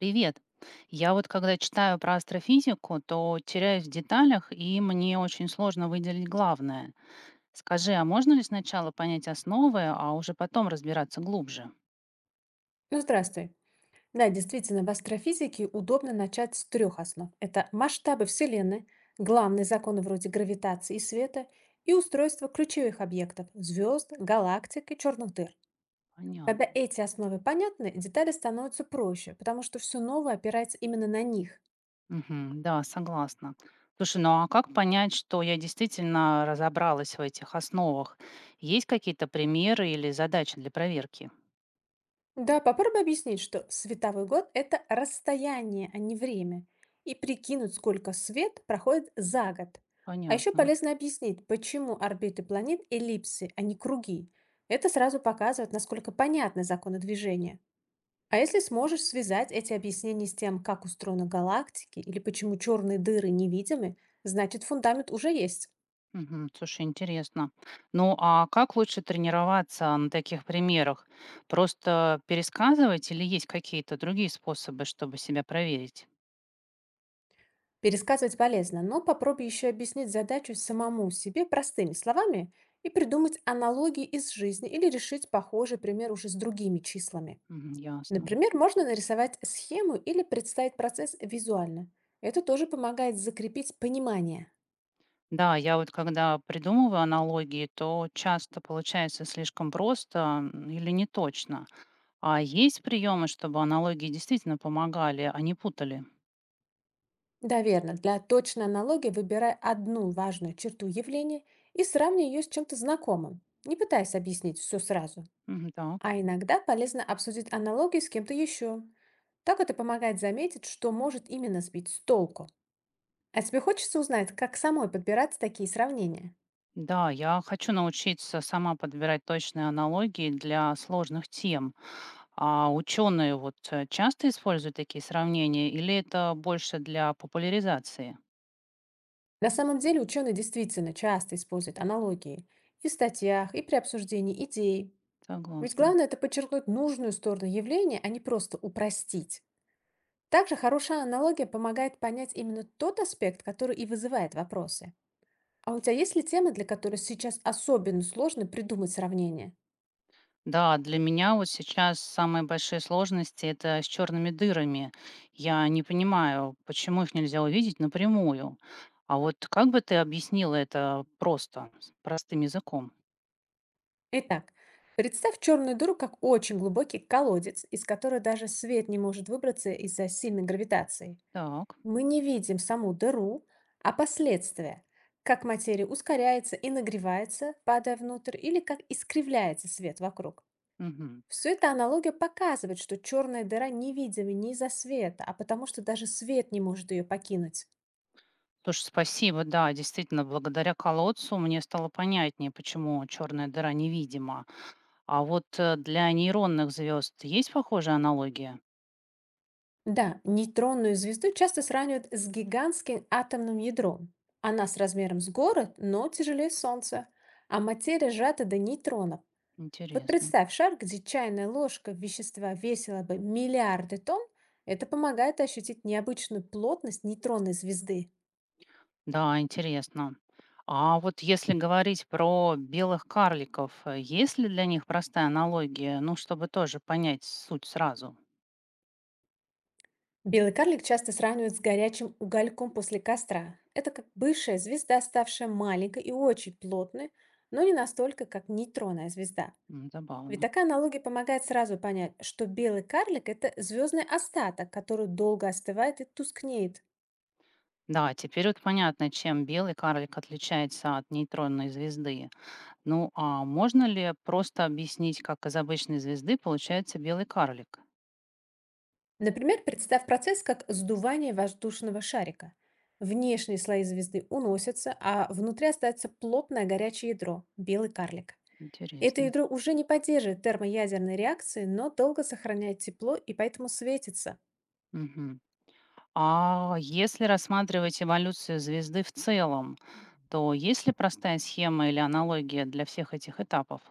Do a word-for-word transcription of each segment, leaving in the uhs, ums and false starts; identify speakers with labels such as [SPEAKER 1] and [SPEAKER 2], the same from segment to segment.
[SPEAKER 1] Привет. Я вот когда читаю про астрофизику, то теряюсь в деталях, и мне очень сложно выделить главное. Скажи, а можно ли сначала понять основы, а уже потом разбираться глубже?
[SPEAKER 2] Ну, здравствуй. Да, действительно, в астрофизике удобно начать с трех основ. Это масштабы Вселенной, главные законы вроде гравитации и света и устройство ключевых объектов– звезд, галактик и черных дыр. Когда
[SPEAKER 1] Понятно.
[SPEAKER 2] эти основы понятны, детали становятся проще, потому что все новое опирается именно на них.
[SPEAKER 1] Мгм, да, согласна. Слушай, ну а как понять, что я действительно разобралась в этих основах? Есть какие-то примеры или задачи для проверки?
[SPEAKER 2] Да, попробуй объяснить, что световой год– это расстояние, а не время, и прикинуть, сколько свет проходит за год. А еще
[SPEAKER 1] Понятно.
[SPEAKER 2] полезно объяснить, почему орбиты планет эллипсы, а не круги. Это сразу показывает, насколько понятны законы движения. А если сможешь связать эти объяснения с тем, как устроены галактики или почему черные дыры невидимы, значит фундамент уже есть.
[SPEAKER 1] Мгм. Слушай, интересно. Ну, а как лучше тренироваться на таких примерах? Просто пересказывать или есть какие-то другие способы, чтобы себя проверить?
[SPEAKER 2] Пересказывать полезно, но попробуй еще объяснить задачу самому себе простыми словами и придумать аналогии из жизни или решить похожий пример уже с другими числами.
[SPEAKER 1] Мгм, ясно.
[SPEAKER 2] Например, можно нарисовать схему или представить процесс визуально. Это тоже помогает закрепить понимание.
[SPEAKER 1] Да, я вот когда придумываю аналогии, то часто получается слишком просто м, или не точно. А есть приемы, чтобы аналогии действительно помогали, а не путали?
[SPEAKER 2] Да, верно. Для точной аналогии выбирай одну важную черту явления и сравни ее с чем-то знакомым. Не пытайся объяснить все сразу.
[SPEAKER 1] Мгм, так.
[SPEAKER 2] А иногда полезно обсудить аналогии с кем-то еще. Так это помогает заметить, что может именно сбить с толку. А тебе хочется узнать, как самой подбирать такие сравнения?
[SPEAKER 1] Да, я хочу научиться сама подбирать точные аналогии для сложных тем. А ученые вот э, часто используют такие сравнения или это больше для популяризации?
[SPEAKER 2] На самом деле ученые действительно часто используют аналогии и в статьях, и при обсуждении идей. Ведь
[SPEAKER 1] Согласна.
[SPEAKER 2] главное это подчеркнуть нужную сторону явления, а не просто упростить. Также хорошая аналогия помогает понять именно тот аспект, который и вызывает вопросы. А у тебя есть ли темы, для которой сейчас особенно сложно придумать сравнение?
[SPEAKER 1] Да, для меня вот сейчас самые большие сложности это с черными дырами. Я не понимаю, почему их нельзя увидеть напрямую. А вот как бы ты объяснила это просто, с простым языком?
[SPEAKER 2] Итак, представь черную дыру как очень глубокий колодец, из которого даже свет не может выбраться из-за сильной гравитации.
[SPEAKER 1] Так.
[SPEAKER 2] Мы не видим саму дыру, а последствия, как материя ускоряется и нагревается, падая внутрь, или как искривляется свет вокруг.
[SPEAKER 1] Мгм.
[SPEAKER 2] Все эта аналогия показывает, что черная дыра невидима не из-за света, а потому что даже свет не может ее покинуть.
[SPEAKER 1] Слушай, спасибо. Да, действительно, благодаря колодцу мне стало понятнее, почему черная дыра невидима. А вот, э, для нейронных звезд есть похожая аналогия?
[SPEAKER 2] Да, нейтронную звезду часто сравнивают с гигантским атомным ядром. Она с размером с город, но тяжелее Солнца, а материя сжата до нейтронов. Вот
[SPEAKER 1] Интересно.
[SPEAKER 2] представь шар, где чайная ложка вещества весила бы миллиарды тонн, это помогает ощутить необычную плотность нейтронной звезды.
[SPEAKER 1] Да, интересно. А вот если говорить про белых карликов, э, есть ли для них простая аналогия? Ну, чтобы тоже понять суть сразу.
[SPEAKER 2] Белый карлик часто сравнивают с горячим угольком после костра. Это как бывшая звезда, ставшая маленькой и очень плотной, но не настолько, как нейтронная звезда.
[SPEAKER 1] М,
[SPEAKER 2] Ведь
[SPEAKER 1] забавно.
[SPEAKER 2] такая аналогия помогает сразу понять, что белый карлик– это звездный остаток, который долго остывает и тускнеет.
[SPEAKER 1] Да, теперь вот понятно, чем белый карлик отличается от нейтронной звезды. Ну, а можно ли просто объяснить, как из обычной звезды получается белый карлик?
[SPEAKER 2] Например, представь процесс как сдувание воздушного шарика. Внешние слои звезды уносятся, а внутри остается плотное горячее ядро– белый карлик. Это
[SPEAKER 1] Интересно.
[SPEAKER 2] ядро уже не поддерживает термоядерной реакции, но долго сохраняет тепло и поэтому светится.
[SPEAKER 1] Мгм. А если рассматривать эволюцию звезды в целом, то есть ли простая схема или аналогия для всех этих этапов?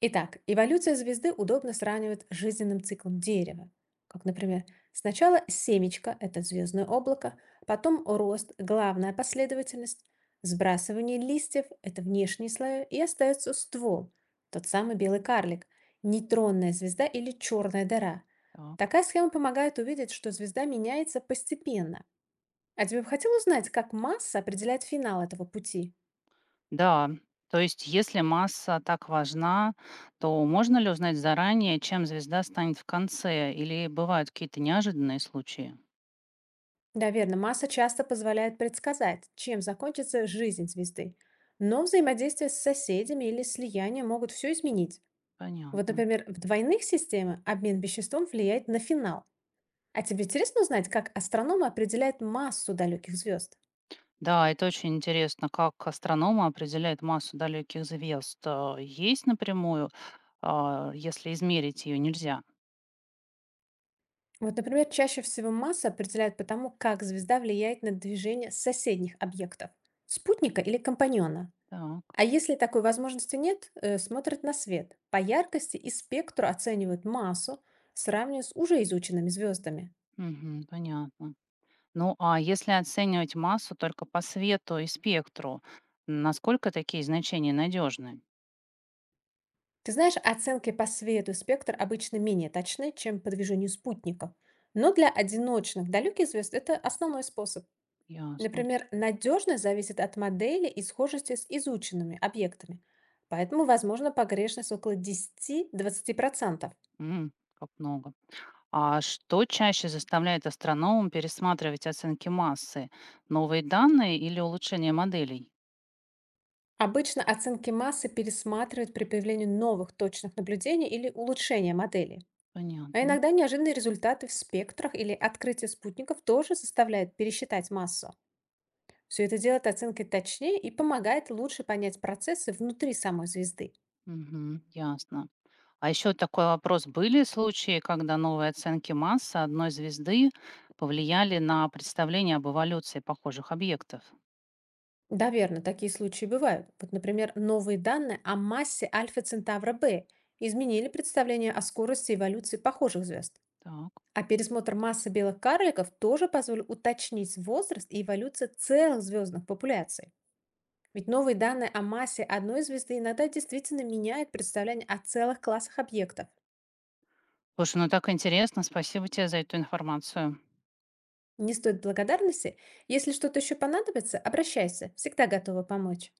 [SPEAKER 2] Итак, эволюция звезды удобно сравнивает с жизненным циклом дерева. Как, например, сначала семечко– это звездное облако, потом рост– главная последовательность, сбрасывание листьев– это внешний слой, и остается ствол– тот самый белый карлик, нейтронная звезда или черная дыра.
[SPEAKER 1] Так.
[SPEAKER 2] Такая схема помогает увидеть, что звезда меняется постепенно. А тебе бы хотел узнать, как масса определяет финал этого пути?
[SPEAKER 1] Да, то есть если масса так важна, то можно ли узнать заранее, чем звезда станет в конце, или бывают какие-то неожиданные случаи?
[SPEAKER 2] Да, верно. Масса часто позволяет предсказать, чем закончится жизнь звезды. Но взаимодействие с соседями или слияние могут все изменить. Вот,
[SPEAKER 1] Понятно.
[SPEAKER 2] например, в двойных системах обмен веществом влияет на финал. А тебе интересно узнать, как астрономы определяют массу далеких звезд?
[SPEAKER 1] Да, это очень интересно, как астрономы определяют массу далеких звезд. А, есть напрямую, а, если измерить ее нельзя.
[SPEAKER 2] Вот, например, чаще всего масса определяют по тому, как звезда влияет на движение соседних объектов– спутника или компаньона.
[SPEAKER 1] Так.
[SPEAKER 2] А если такой возможности нет, э, смотрят на свет. По яркости и спектру оценивают массу, сравнивая с уже изученными звездами.
[SPEAKER 1] Мгм, понятно. Ну, а если оценивать массу только по свету и спектру, насколько такие значения надежны?
[SPEAKER 2] Ты знаешь, оценки по свету и спектр обычно менее точны, чем по движению спутников. Но для одиночных далеких звезд это основной способ.
[SPEAKER 1] Ясно.
[SPEAKER 2] Например, надежность зависит от модели и схожести с изученными объектами. Поэтому возможна погрешность около десяти-двадцати процентов.
[SPEAKER 1] М, как много. А что чаще заставляет астрономам пересматривать оценки массы? Новые данные или улучшение моделей?
[SPEAKER 2] Обычно оценки массы пересматривают при появлении новых точных наблюдений или улучшения модели. А
[SPEAKER 1] Понятно.
[SPEAKER 2] иногда неожиданные результаты в спектрах или открытие спутников тоже заставляют пересчитать массу. Все это делает оценки точнее и помогает лучше понять процессы внутри самой звезды.
[SPEAKER 1] Мгм, ясно. А еще такой вопрос. Были случаи, когда новые оценки массы одной звезды повлияли на представление об эволюции похожих объектов?
[SPEAKER 2] Да, верно, такие случаи бывают. Вот, например, новые данные о массе Альфа Центавра Б изменили представление о скорости эволюции похожих звезд.
[SPEAKER 1] Так.
[SPEAKER 2] А пересмотр массы белых карликов тоже позволил уточнить возраст и эволюцию целых звездных популяций. Ведь новые данные о массе одной звезды иногда действительно меняют представление о целых классах объектов.
[SPEAKER 1] Слушай, ну так интересно. Спасибо тебе за эту информацию.
[SPEAKER 2] Не стоит благодарности. Если что-то еще понадобится, обращайся. Всегда готова помочь.